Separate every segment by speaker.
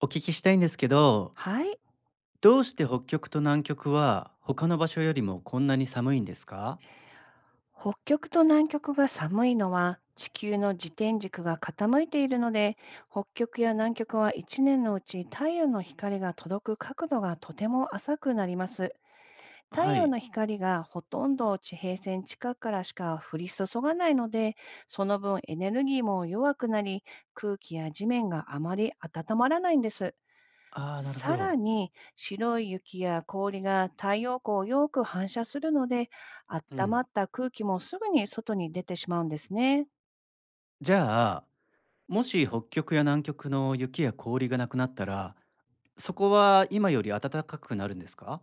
Speaker 1: お聞きしたいんですけど、
Speaker 2: はい。
Speaker 1: どうして北極と南極は他の場所よりもこんなに寒いんですか？
Speaker 2: 北極と南極が寒いのは地球の自転軸が傾いているので、北極や南極は一年のうち太陽の光が届く角度がとても浅くなります。太
Speaker 1: は
Speaker 2: 陽
Speaker 1: い。
Speaker 2: の光がほとんど地平線近くからしか降り注がないので、その分エネルギーも弱くなり、空気や地面があまり温まらないんです。
Speaker 1: ああ、なるほ
Speaker 2: さ
Speaker 1: ど。
Speaker 2: らに白い雪や氷が太陽光をよく反射するので、
Speaker 1: う
Speaker 2: 温ま
Speaker 1: ん。
Speaker 2: った空気もすぐに外に出てしまうんですね。
Speaker 1: じゃあ、もし北極や南極の雪や氷がなくなったら、そこは今より暖かくなるんですか？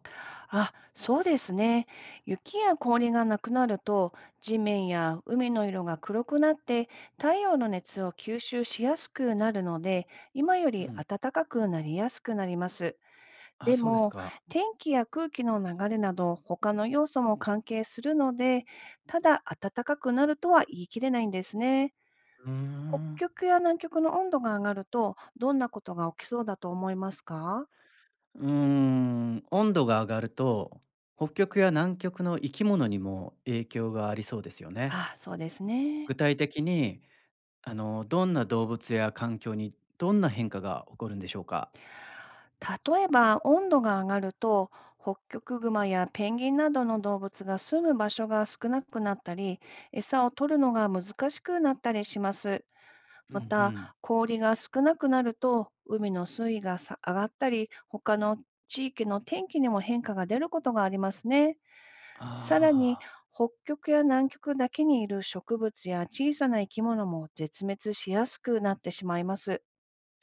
Speaker 2: あ、そうですね。雪や氷がなくなると、地面や海の色が黒くなって、太陽の熱を吸収しやすくなるので、今よ
Speaker 1: う
Speaker 2: り
Speaker 1: ん。
Speaker 2: 暖かくなりやすくなります。
Speaker 1: あ、
Speaker 2: で
Speaker 1: そうです
Speaker 2: も、
Speaker 1: か。
Speaker 2: 天気や空気の流れなど他の要素も関係するので、ただ暖かくなるとは言い切れないんですね。
Speaker 1: うー
Speaker 2: 北
Speaker 1: ん。
Speaker 2: 極や南極の温度が上がると、どんなことが起きそうだと思いますか？
Speaker 1: うーん。温度が上がると、北極や南極の生き物にも影響がありそうですよね。
Speaker 2: あ、そうですね。
Speaker 1: 具体的にどんな動物や環境にどんな変化が起こるんでしょうか？
Speaker 2: 例えば温度が上がると、北極熊やペンギンなどの動物が住む場所が少なくなったり、餌を取るのが難しくなったりします。
Speaker 1: う
Speaker 2: ま
Speaker 1: んう
Speaker 2: た、
Speaker 1: ん。
Speaker 2: 氷が少なくなると、海の水位がさ上がったり、他の地域の天気にも変化が出ることがありますね。さらに、
Speaker 1: ああ、
Speaker 2: 北極や南極だけにいる植物や小さな生き物も絶滅しやすくなってしまいます。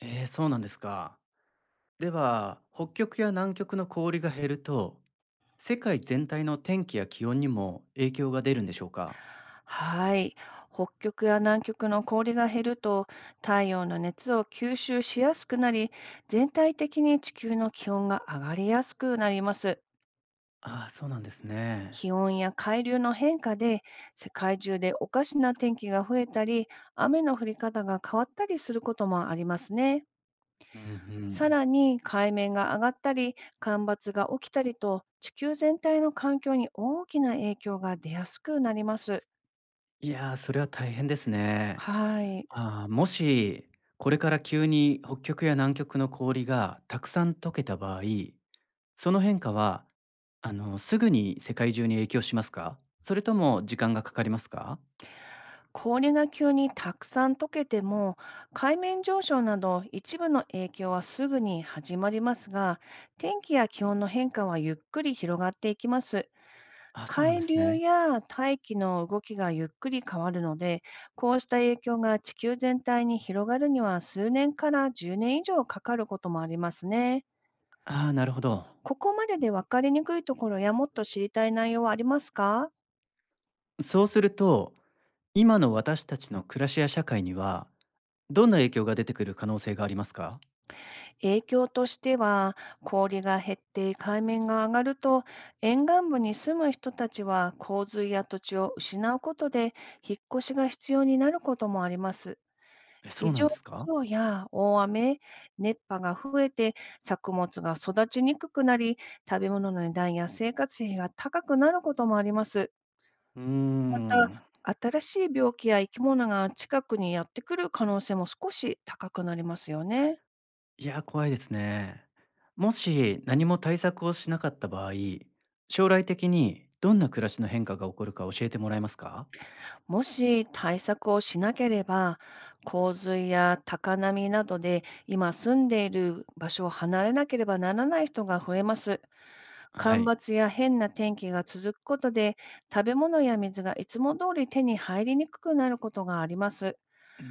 Speaker 1: えーそうなんですか。では、北極や南極の氷が減ると、世界全体の天気や気温にも影響が出るんでしょうか？
Speaker 2: はい。北極や南極の氷が減ると、太陽の熱を吸収しやすくなり、全体的に地球の気温が上がりやすくなります。
Speaker 1: ああー、そうなんですね。
Speaker 2: 気温や海流の変化で世界中でおかしな天気が増えたり、雨の降り方が変わったりすることもありますね。
Speaker 1: うんう
Speaker 2: さ
Speaker 1: ん。
Speaker 2: らに海面が上がったり干ばつが起きたりと、地球全体の環境に大きな影響が出やすくなります。
Speaker 1: いやー、それは大変ですね。
Speaker 2: はい。
Speaker 1: ああ、もし、これから急に北極や南極の氷がたくさん溶けた場合、その変化は、すぐに世界中に影響しますか？それとも時間がかかりますか？
Speaker 2: 氷が急にたくさん溶けても、海面上昇など一部の影響はすぐに始まりますが、天気や気温の変化はゆっくり広がっていきます。
Speaker 1: あ、そうなんで
Speaker 2: 海
Speaker 1: す
Speaker 2: 流
Speaker 1: ね。
Speaker 2: や大気の動きがゆっくり変わるので、こうした影響が地球全体に広がるには数年から10年以上かかることもありますね。
Speaker 1: ああ、なるほど。
Speaker 2: ここまでで分かりにくいところやもっと知りたい内容はありますか？
Speaker 1: そうすると、今の私たちの暮らしや社会には、どんな影響が出てくる可能性がありますか？
Speaker 2: 影響としては、氷が減って海面が上がると、沿岸部に住む人たちは洪水や土地を失うことで、引っ越しが必要になることもあります。
Speaker 1: え、そう
Speaker 2: 異
Speaker 1: なん
Speaker 2: 常気
Speaker 1: ですか？
Speaker 2: 象や大雨、熱波が増えて作物が育ちにくくなり、食べ物の値段や生活費が高くなることもあります。
Speaker 1: うー
Speaker 2: また、
Speaker 1: ん、
Speaker 2: 新しい病気や生き物が近くにやってくる可能性も少し高くなりますよね。
Speaker 1: いや、怖いですね。もし何も対策をしなかった場合、将来的にどんな暮らしの変化が起こるか教えてもらえますか？
Speaker 2: もし対策をしなければ、洪水や高波などで今住んでいる場所を離れなければならない人が増えます。
Speaker 1: は
Speaker 2: 干ば
Speaker 1: い。
Speaker 2: つや変な天気が続くことで、食べ物や水がいつも通り手に入りにくくなることがあります。
Speaker 1: うー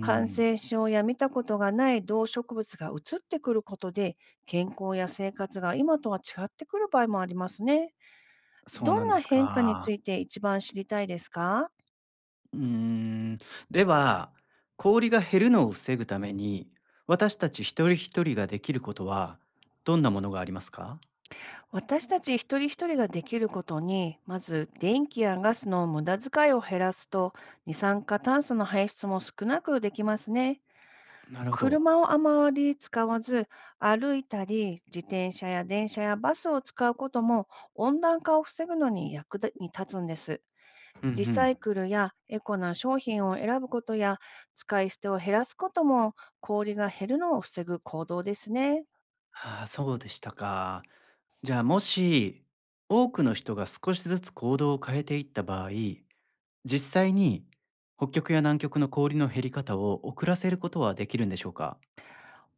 Speaker 2: 感染症や見たことがない動植物が移ってくることで、健康や生活が今とは違ってくる場合もありますね。
Speaker 1: そう
Speaker 2: ど
Speaker 1: な
Speaker 2: ん
Speaker 1: んで
Speaker 2: な
Speaker 1: す
Speaker 2: 変化につ
Speaker 1: か。
Speaker 2: いて一番知りたいですか？
Speaker 1: うーん。では、氷が減るのを防ぐために、私たち一人一人ができることは、どんなものがありますか？
Speaker 2: 私たち一人一人ができることに、まず電気やガスの無駄遣いを減らすと、二酸化炭素の排出も少なくできますね。
Speaker 1: なるほど。
Speaker 2: 車をあまり使わず、歩いたり、自転車や電車やバスを使うことも温暖化を防ぐのに役立に立つんです。
Speaker 1: うんう
Speaker 2: リサ
Speaker 1: ん。
Speaker 2: イクルやエコな商品を選ぶことや、使い捨てを減らすことも氷が減るのを防ぐ行動ですね。
Speaker 1: ああ、そうでしたか。じゃあもし、多くの人が少しずつ行動を変えていった場合、実際に北極や南極の氷の減り方を遅らせることはできるんでしょうか？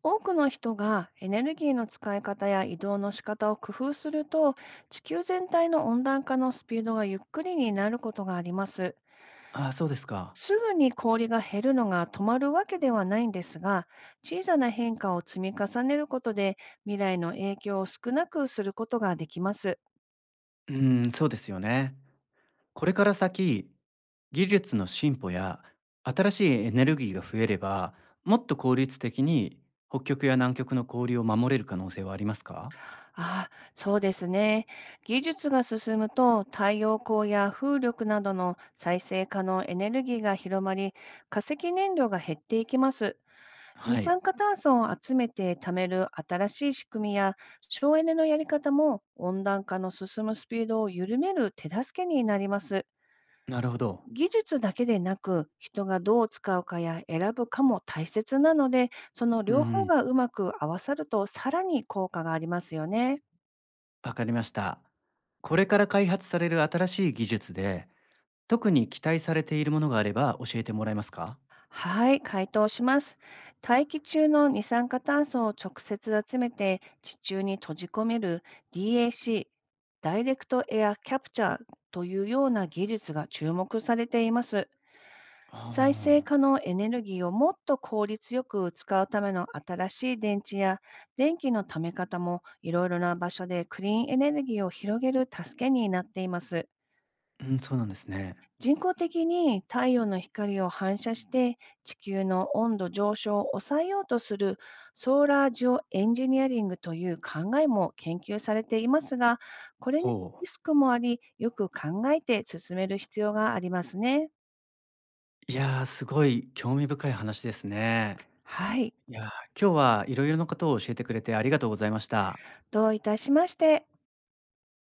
Speaker 2: 多くの人がエネルギーの使い方や移動の仕方を工夫すると、地球全体の温暖化のスピードがゆっくりになることがあります。
Speaker 1: ああ、そうですか。
Speaker 2: すぐに氷が減るのが止まるわけではないんですが、小さな変化を積み重ねることで未来の影響を少なくすることができます。
Speaker 1: うーん、そうですよね。これから先、技術の進歩や新しいエネルギーが増えれば、もっと効率的に北極や南極の氷を守れる可能性はありますか？
Speaker 2: ああ、そうですね。技術が進むと太陽光や風力などの再生可能エネルギーが広まり、化石燃料が減っていきます。二
Speaker 1: はい、
Speaker 2: 酸化炭素を集めて貯める新しい仕組みや省エネのやり方も、温暖化の進むスピードを緩める手助けになります。
Speaker 1: なるほど。
Speaker 2: 技術だけでなく、人がどう使うかや選ぶかも大切なので、その
Speaker 1: うんう
Speaker 2: 両方
Speaker 1: ん、
Speaker 2: がうまく合わさるとさらに効果がありますよね。
Speaker 1: わかりました。これから開発される新しい技術で、特に期待されているものがあれば教えてもらえますか？
Speaker 2: はい、回答します。大気中の二酸化炭素を直接集めて地中に閉じ込める DAC、ダイレクトエアキャプチャーというような技術が注目されています。再
Speaker 1: あ
Speaker 2: 生可能エネルギーをもっと効率よく使うための新しい電池や電気のため方も、いろいろな場所でクリーンエネルギーを広げる助けになっています。
Speaker 1: あ、うん、そうなんですね。
Speaker 2: 人工的に太陽の光を反射して地球の温度上昇を抑えようとするソーラージオエンジニアリングという考えも研究されていますが、これに
Speaker 1: ほ
Speaker 2: リ
Speaker 1: う。
Speaker 2: スクもあり、よく考えて進める必要がありますね。
Speaker 1: いやー、すごい興味深い話ですね。
Speaker 2: はい。
Speaker 1: いやー、今日はいろいろなことを教えてくれてありがとうございました。
Speaker 2: どういたしまして。